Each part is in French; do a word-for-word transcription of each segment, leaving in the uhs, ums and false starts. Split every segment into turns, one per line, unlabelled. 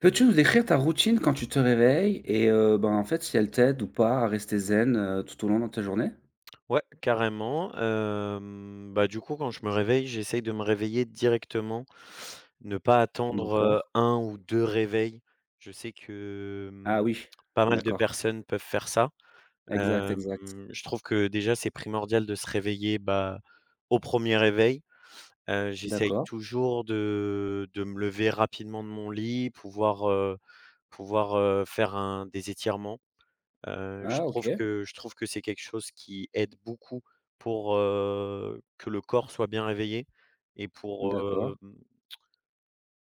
Peux-tu nous décrire ta routine quand tu te réveilles et heu, ben, en fait, si elle t'aide ou pas à rester zen, heu, tout au long de ta journée?
Ouais, carrément, hem, bah, du coup, quand je me réveille, j'essaye de me réveiller directement, ne pas attendre,
D'accord.
heu, un ou deux réveils. Je sais que,
Ah
hem,
oui,
pas mal de
d'accord.
personnes peuvent faire ça.
Exact, exact.
Hem, je trouve que déjà c'est primordial de se réveiller, bah, au premier réveil. Heu, j'essaye
D'accord.
toujours de de me lever rapidement de mon lit, pouvoir, heu pouvoir, heu, faire un des étirements. Heu, je
Ah
trouve
OK.
que je trouve que c'est quelque chose qui aide beaucoup pour, heu, que le corps soit bien réveillé et pour,
D'accord.
hem,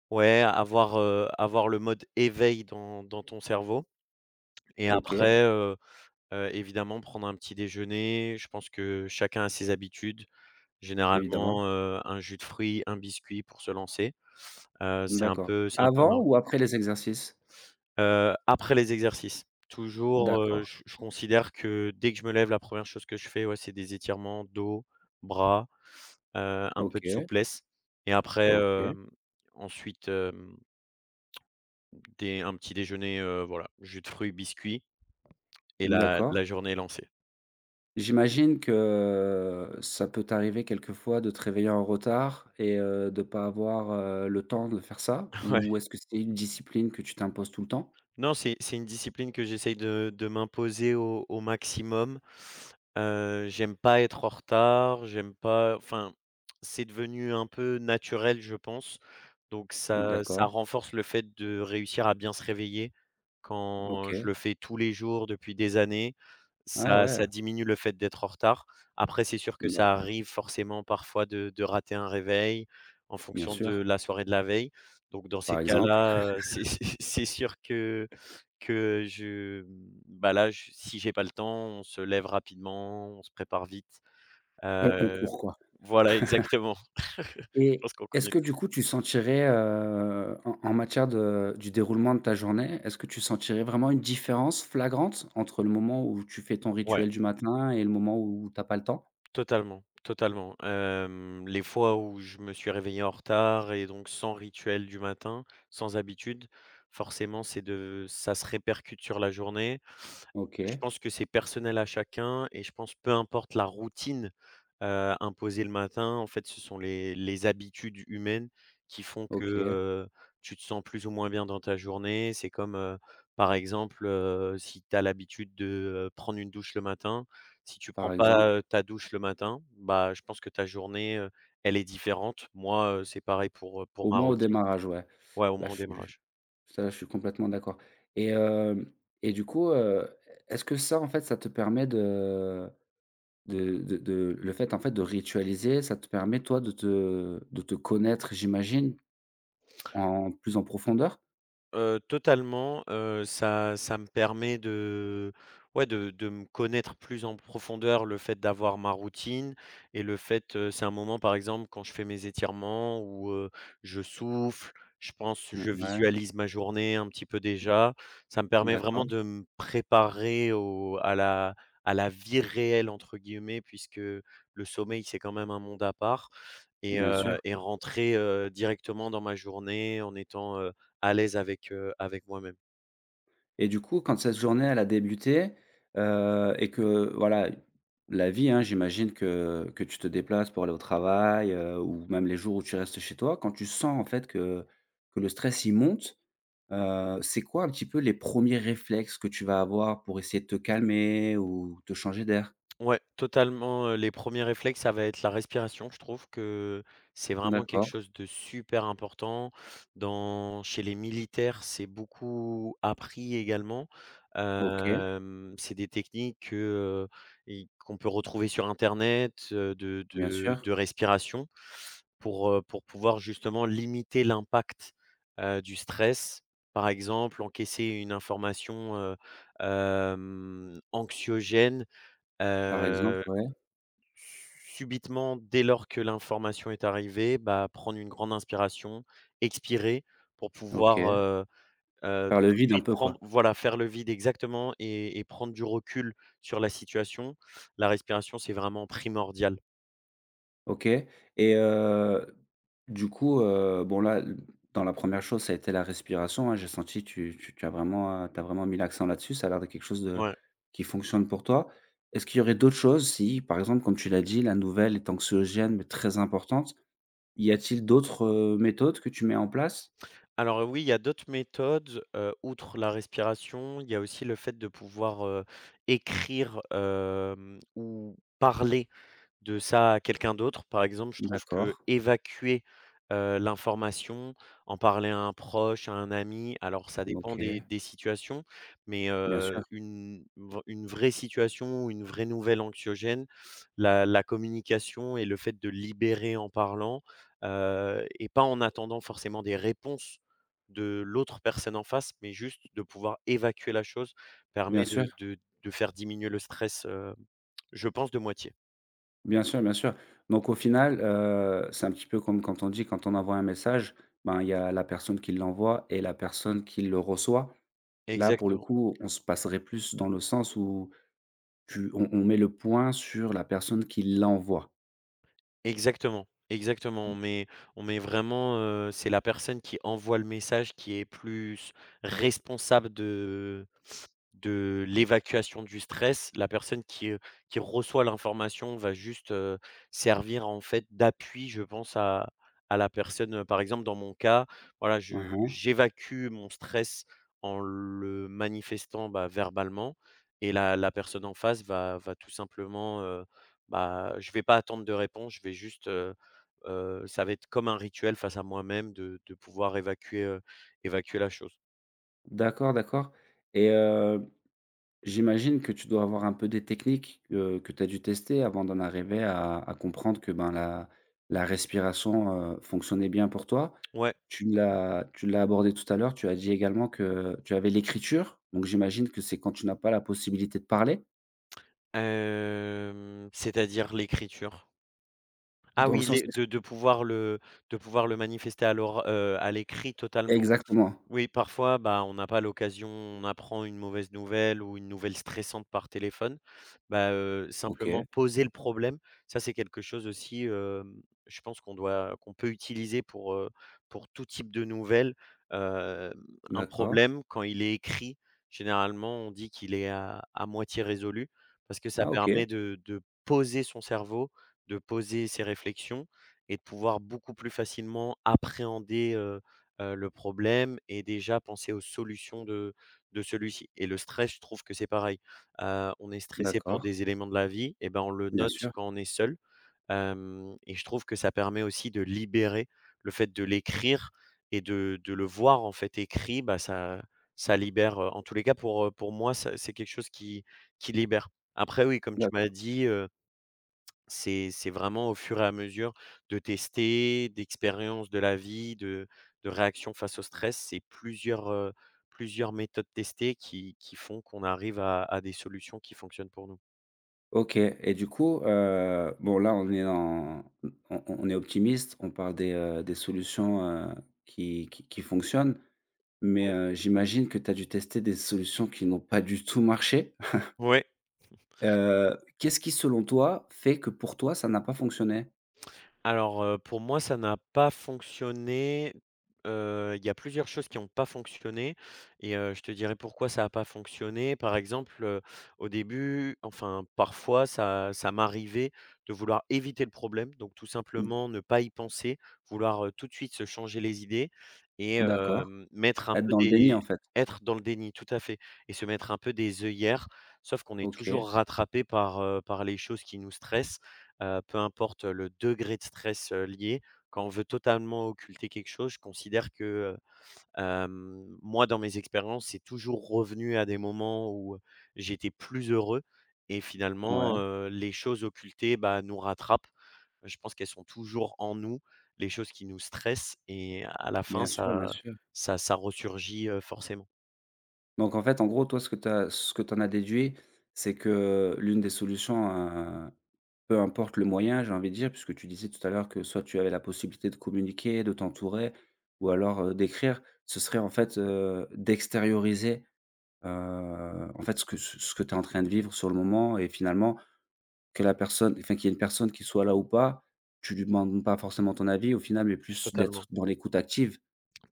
ouais, avoir, heu, avoir le mode éveil dans dans ton cerveau et
OK,
après, heu heu, évidemment prendre un petit déjeuner. Je pense que chacun a ses habitudes.
évidemment.
Généralement, heu, un jus de fruits, un biscuit pour se lancer. Heu, c'est un
D'accord.
peu c'est un peu
Avant
ma
ou après les exercices?
Heu, après les exercices. Toujours,
D'accord.
OK. je je considère que dès que je me lève, la première chose que je fais, ouais, c'est des étirements dos, bras, heu, un peu de
OK,
souplesse et après,
OK.
hem, ensuite, hem, des un petit déjeuner, heu, voilà, jus de fruits, biscuits et la
D'accord.
la journée est lancée.
J'imagine que euh, ça peut t'arriver quelquefois de te réveiller en retard et heu, de pas avoir, heu, le temps de faire ça? Ou est-ce que c'est une discipline que tu t'imposes tout le temps?
Non, c'est c'est une discipline que j'essaye de de m'imposer au au maximum. Heu, j'aime pas être en retard, j'aime pas enfin, c'est devenu un peu naturel, je pense. Donc ça ça
D'accord.
renforce le fait de réussir à bien se réveiller. Quand
OK.
je le fais tous les jours depuis des années,
Ah
ça
ouais,
ça diminue le fait d'être en retard. Après, c'est sûr que ça
d'accord,
arrive forcément parfois de de rater un réveil en
bien
fonction de
sûr,
la soirée de la veille. Donc dans ces
par exemple.
cas-là, heu, c'est c'est sûr que que je bah, là, je si j'ai pas le temps, on se lève rapidement, on se prépare vite.
On on
Heu,
court quoi
voilà, exactement. Je
et
pense qu'on
est-ce
connaît.
que du coup tu sentirais, heu, en en matière de du déroulement de ta journée, est-ce que tu sentirais vraiment une différence flagrante entre le moment où tu fais ton
Ouais,
rituel du matin et le moment où t'as pas le temps?
totalement, totalement. Hem, les fois où je me suis réveillé en retard et donc sans rituel du matin, sans habitude, forcément, c'est de ça se répercute sur la journée.
OK,
Je pense que c'est personnel à chacun et je pense peu importe la routine heu, imposées le matin. En fait, ce sont les les habitudes humaines qui font que,
OK,
heu, tu te sens plus ou moins bien dans ta journée. C'est comme, heu, par exemple, heu, si tu as l'habitude de, heu, prendre une douche le matin, si tu
par
prends pas,
exemple.
heu, ta douche le matin, bah, je pense que ta journée, heu, elle est différente. Moi, heu, c'est pareil pour, heu, pour
Au
ma
moins au
routine.
démarrage, ouais.
Ouais, au
Là,
moins
je
au
suis
démarrage.
Ça, je suis complètement d'accord et hem et du coup, heu, est-ce que ça, en fait, ça te permet de De de de le fait, en fait, de ritualiser, ça te permet, toi, de te de te connaître, j'imagine, en plus en profondeur?
Heu, totalement, heu, ça ça me permet de ouais, de de me connaître plus en profondeur, le fait d'avoir ma routine et le fait, heu, c'est un moment, par exemple, quand je fais mes étirements où, heu, je souffle, je pense,
Mmh,
je
ouais,
visualise ma journée un petit peu déjà. Ça me permet vraiment
d'accord,
de me préparer au à la à la «vie réelle» entre guillemets puisque le sommeil, c'est quand même un monde à part et
bien
heu
sûr
et rentrer, heu, directement dans ma journée en étant, heu à l'aise avec, heu, avec moi-même.
et du coup, quand cette journée, elle a débuté, heu et que, voilà, la vie, hein, j'imagine que que tu te déplaces pour aller au travail, heu, ou même les jours où tu restes chez toi, quand tu sens, en fait, que que le stress, il monte, heu, c'est quoi un petit peu les premiers réflexes que tu vas avoir pour essayer de te calmer ou te changer d'air?
Ouais, totalement, heu, les premiers réflexes, ça va être la respiration. Je trouve que c'est vraiment quelque
D'accord,
chose de super important. Dans chez les militaires, c'est beaucoup appris également.
OK.
Hem, c'est des techniques que, heu, et qu'on peut retrouver sur internet, heu, de
Bien
de
sûr,
de respiration pour, heu, pour pouvoir justement limiter l'impact, heu, du stress. Par exemple, encaisser une information, heu, hem, anxiogène.
par exemple,
Heu,
ouais,
Subitement, dès lors que l'information est arrivée, bah, prendre une grande inspiration, expirer pour pouvoir,
OK.
heu heu,
Par le
tout de
vide un
suite
peu,
prendre
quoi.
voilà, faire le vide exactement et et prendre du recul sur la situation. La respiration, c'est vraiment primordial.
OK et heu, du coup, heu, bon là, l dans la première chose, ça a été la respiration, hein. J'ai senti tu tu tu as vraiment, heu, tu as vraiment mis l'accent là-dessus. Ça a l'air de quelque chose de
Ouais.
qui fonctionne pour toi. Est-ce qu'il y aurait d'autres choses si, par exemple, comme tu l'as dit, la nouvelle est anxiogène mais très importante, y a-t-il d'autres, heu, méthodes que tu mets en place?
Alors, heu, oui, il y a d'autres méthodes, heu, outre la respiration, il y a aussi le fait de pouvoir, heu, écrire, hem, ou parler de ça à quelqu'un d'autre. Par exemple, je trouve
D'accord,
que évacuer, heu, l'information, en parler à un proche, à un ami, alors ça dépend
OK,
des des situations, mais
bien sûr,
heu, une vr une vraie situation ou une vraie nouvelle anxiogène, la la communication et le fait de libérer en parlant, heu et pas en attendant forcément des réponses de l'autre personne en face, mais juste de pouvoir évacuer la chose
bien
permet
sûr.
de de de faire diminuer le stress, heu, je pense de moitié.
Bien sûr, bien sûr. Donc au final, heu, c'est un petit peu comme quand on dit quand on envoie un message, ben, il y a la personne qui l'envoie et la personne qui le reçoit. Là, pour le
Exactement,
coup, on se passerait plus dans le sens où tu on on met le point sur la personne qui l'envoie.
exactement, exactement. On met on met vraiment, heu, c'est la personne qui envoie le message qui est plus responsable de de l'évacuation du stress. La personne qui, heu, qui reçoit l'information va juste, heu, servir en fait d'appui, je pense à à la personne, heu, par exemple dans mon cas, voilà, je
Mmh.
j'évacue mon stress en le manifestant, bah, verbalement et la la personne en face va va tout simplement, Bah, je vais pas attendre de réponse, je vais juste, heu heu, ça va être comme un rituel face à moi-même de de pouvoir évacuer, heu, évacuer la chose.
D'accord, d'accord et heu J'imagine que tu dois avoir un peu des techniques, heu, que tu as dû tester avant d'en arriver à à comprendre que, ben, la la respiration, heu, fonctionnait bien pour toi.
Ouais,
Tu l'as tu l'as abordé tout à l'heure, tu as dit également que tu avais l'écriture, donc j'imagine que c'est quand tu n'as pas la possibilité de parler?
hem, c'est-à-dire l'écriture? Ah
Dans le
oui,
sens
les de de pouvoir le de pouvoir le manifester à l'ora heu, à l'écrit totalement.
exactement.
Oui, parfois, bah, on n'a pas l'occasion, on apprend une mauvaise nouvelle ou une nouvelle stressante par téléphone. Bah, heu, simplement
OK,
poser le problème, ça c'est quelque chose aussi, hem, je pense qu'on doit qu'on peut utiliser pour, heu, pour tout type de nouvelle. Hem, un
d'accord.
problème quand il est écrit, généralement on dit qu'il est à à moitié résolu parce que ça
Ah OK,
permet de de poser son cerveau, de poser ses réflexions et de pouvoir beaucoup plus facilement appréhender, heu, le problème et déjà penser aux solutions de de celui-ci et le stress, je trouve que c'est pareil. Heu, on est stressé pour
d'accord,
des éléments de la vie et ben, on le
bien
note
sûr.
quand on est seul, hem et je trouve que ça permet aussi de libérer le fait de l'écrire et de de le voir, en fait, écrit, bah, ça ça libère, heu, en tous les cas pour, heu, pour moi, ça c'est quelque chose qui qui libère. Après oui, comme tu m'as dit, heu c'est c'est vraiment au fur et à mesure de tester, d'expériences de la vie, de de réactions face au stress. C'est plusieurs, heu, plusieurs méthodes testées qui qui font qu'on arrive à à des solutions qui fonctionnent pour nous.
OK et du coup, heu, bon là on est en on on est optimiste, on parle des, heu, des solutions, heu, qui qui qui fonctionnent. Mais,
Ouais.
heu, j'imagine que tu as dû tester des solutions qui n'ont pas du tout marché.
Ouais.
Heu, qu'est-ce qui selon toi fait que pour toi ça n'a pas fonctionné?
Alors, heu, pour moi, ça n'a pas fonctionné. Heu, il y a plusieurs choses qui n'ont pas fonctionné et heu, je te dirai pourquoi ça n'a pas fonctionné. Par exemple, heu, au début, enfin, parfois, ça ça m'arrivait de vouloir éviter le problème, donc tout
D
simplement ne pas y penser, vouloir, heu, tout de suite se changer les idées et
d'accord,
hem, mettre un
être
peu
dans le déni
des
en fait.
être dans le déni, tout à fait et se mettre un peu des œillères. Sauf qu'on est
OK,
toujours rattrapé par, heu, par les choses qui nous stressent. Heu, peu importe le degré de stress, heu, lié. Quand on veut totalement occulter quelque chose, je considère que, heu, moi dans mes expériences, c'est toujours revenu à des moments où j'étais plus heureux et
ouais,
finalement, heu, les choses occultées, bah, nous rattrapent. Je pense qu'elles sont toujours en nous, les choses qui nous stressent et à la fin
bien sûr, bien
ça
sûr.
ça ça ressurgit, heu, forcément.
Donc en fait, en gros toi ce que tu as ce que tu en as déduit, c'est que l'une des solutions, euh, peu importe le moyen, j'ai envie de dire, puisque tu disais tout à l'heure que soit tu avais la possibilité de communiquer, de t'entourer ou alors, heu, d'écrire. Ce serait en fait, heu, d'extérioriser, heu, en fait, ce que ce que tu es en train de vivre sur le moment et finalement que la personne enfin, qu'il y ait une personne qui soit là ou pas, tu lui demandes pas forcément ton avis au final, mais plus d'être
Totalement.
dans l'écoute active.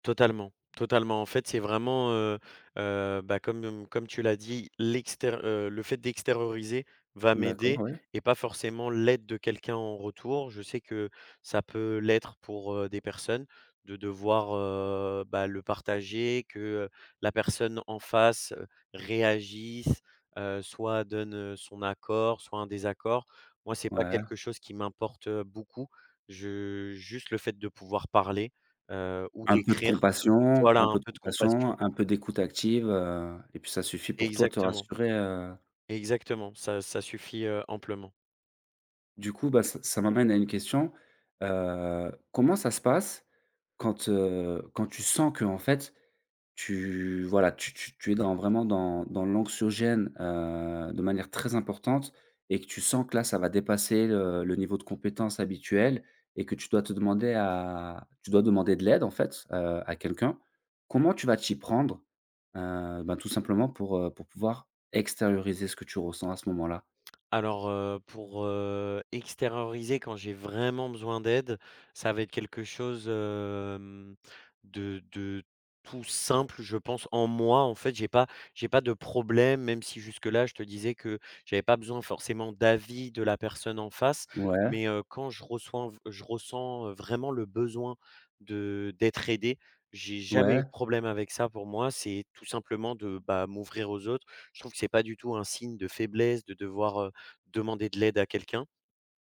Totalement, totalement. En fait, c'est vraiment, heu heu, bah, comme, comme tu l'as dit, l'extér heu, le fait d'extérioriser va
D'accord,
m'aider
ouais.
et pas forcément l'aide de quelqu'un en retour. Je sais que ça peut l'être pour, heu, des personnes de devoir, heu, bah, le partager, que, heu, la personne en face, heu, réagisse, heu, soit donne, heu, son accord, soit un désaccord. Moi, c'est pas
Ouais.
quelque chose qui m'importe, heu, beaucoup. Je juste le fait de pouvoir parler. Heu, ou
Un peu de
d'écrire.
compassion
Voilà,
un peu
un
de
peu de compassion.
compassion, un peu d'écoute active, heu et puis ça suffit pour toi te
Exactement,
rassurer, heu
exactement, ça ça suffit, heu, amplement.
Du coup, bah, ça ça m'amène à une question. Heu, comment ça se passe quand, heu, quand tu sens que en fait, tu voilà, tu tu tu es dans vraiment dans dans l'anxiogène, heu, de manière très importante et que tu sens que là, ça va dépasser le le niveau de compétence habituel et que tu dois te demander à tu dois demander de l'aide en fait, heu, à quelqu'un. Comment tu vas t'y prendre? Heu, ben, tout simplement pour, heu, pour pouvoir extérioriser ce que tu ressens à ce moment-là?
Alors, heu, pour, heu, extérioriser quand j'ai vraiment besoin d'aide, ça va être quelque chose, hem, de de tout simple, je pense. En moi, en fait, j'ai pas j'ai pas de problème, même si jusque-là, je te disais que j'avais pas besoin forcément d'avis de la personne en face.
Ouais,
Mais, heu, quand je reçois je ressens, heu, vraiment le besoin de d'être aidé, j'ai jamais
ouais.
eu de problème avec ça pour moi. C'est tout simplement de, bah, m'ouvrir aux autres. Je trouve que c'est pas du tout un signe de faiblesse de devoir, heu demander de l'aide à quelqu'un.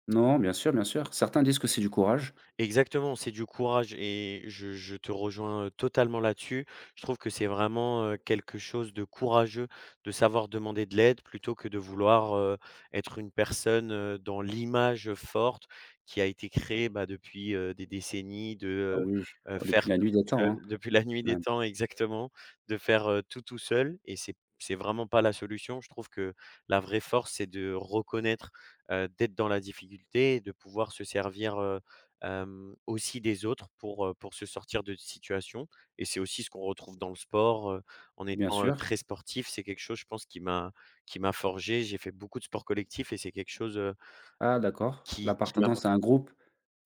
Non, bien sûr, bien sûr. Certains disent que c'est du courage.
Exactement, c'est du courage et je je te rejoins, heu, totalement là-dessus. Je trouve que c'est vraiment, heu, quelque chose de courageux de savoir demander de l'aide plutôt que de vouloir, heu, être une personne, heu, dans l'image, forte qui a été créée, bah, depuis, heu, des décennies
Ah
de,
oui,
heu heu,
oh, depuis
faire
la
tout
nuit des
tout
temps,
seul,
hein,
depuis la nuit des
même.
temps exactement, de faire, heu, tout tout seul et c'est c'est vraiment pas la solution. Je trouve que la vraie force, c'est de reconnaître, heu, d'être dans la difficulté et de pouvoir se servir, heu, hem, aussi des autres pour, heu, pour se sortir de situations et c'est aussi ce qu'on retrouve dans le sport, heu, en
Bien
étant, heu,
sûr.
très sportif, c'est quelque chose je pense qui m'a qui m'a forgé. J'ai fait beaucoup de sport collectif et c'est quelque chose, heu,
Ah d'accord.
qui qui m'a
L'appartenance à un groupe,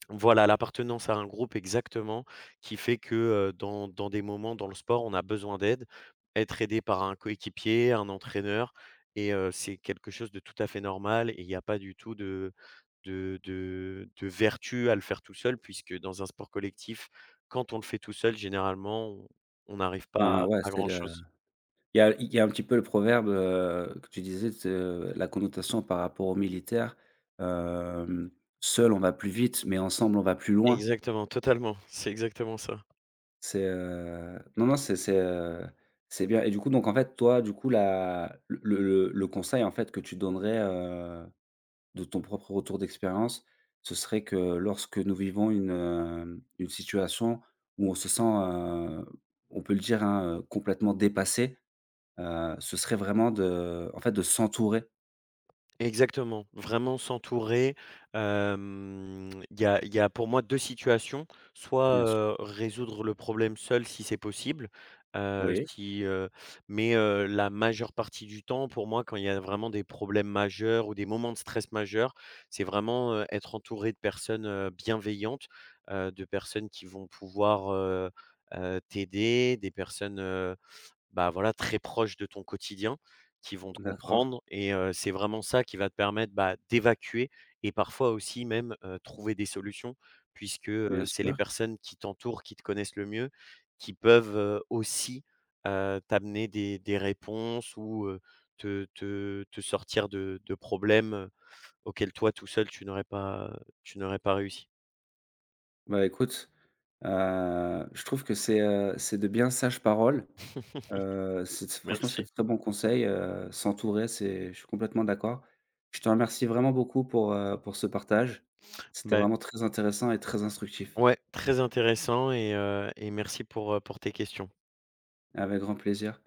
voilà, l'appartenance à un groupe exactement, qui fait que, heu, dans dans des moments dans le sport, on a besoin d'aide, être aidé par un coéquipier, un entraîneur et heu, c'est quelque chose de tout à fait normal et il n'y a pas du tout de de de de vertu à le faire tout seul puisque dans un sport collectif, quand on le fait tout seul, généralement, on on n'arrive
ben,
pas
ouais,
à
c'est
grand
le
chose.
il y a il y a un petit peu le proverbe, heu, que tu disais, t heu, la connotation par rapport aux militaires, hem: «Seul, on va plus vite, mais ensemble, on va plus loin».
Exactement, totalement, c'est exactement ça.
C'est, heu, non, non, c'est c'est, heu, c'est bien et du coup, donc en fait, toi, du coup, la le le le conseil, en fait, que tu donnerais, euh, de ton propre retour d'expérience, ce serait que lorsque nous vivons une, heu, une situation où on se sent, heu, on peut le dire, hein, heu, complètement dépassé, heu, ce serait vraiment de en fait, de s'entourer
Exactement, vraiment s'entourer. Hem, il y a il y a pour moi deux situations, soit,
bien sûr.
heu, résoudre le problème seul si c'est possible, heu,
Oui,
si, heu mais heu, la majeure partie du temps, pour moi, quand il y a vraiment des problèmes majeurs ou des moments de stress majeurs, c'est vraiment, heu, être entouré de personnes, heu, bienveillantes, heu, de personnes qui vont pouvoir, heu heu, t'aider, des personnes, bah, voilà, très proches de ton quotidien, qui vont te
d'accord,
comprendre et heu, c'est vraiment ça qui va te permettre, bah, d'évacuer et parfois aussi même, heu, trouver des solutions puisque, heu,
bien
c'est les
sûr.
personnes qui t'entourent, qui te connaissent le mieux, qui peuvent, heu, aussi, heu, t'amener des des réponses ou, heu, te te te sortir de de problèmes, auxquels toi tout seul tu n'aurais pas tu n'aurais pas réussi.
Bah, écoute. Heu, je trouve que c'est, heu, c'est de bien sages paroles. Heu, c'est franchement, c'est
Merci.
de très bons conseils, heu, s'entourer, c'est je suis complètement d'accord. Je te remercie vraiment beaucoup pour, heu, pour ce partage. C'était
Ben
vraiment très intéressant et très instructif.
ouais, très intéressant et heu et merci pour, heu, pour tes questions.
Avec grand plaisir.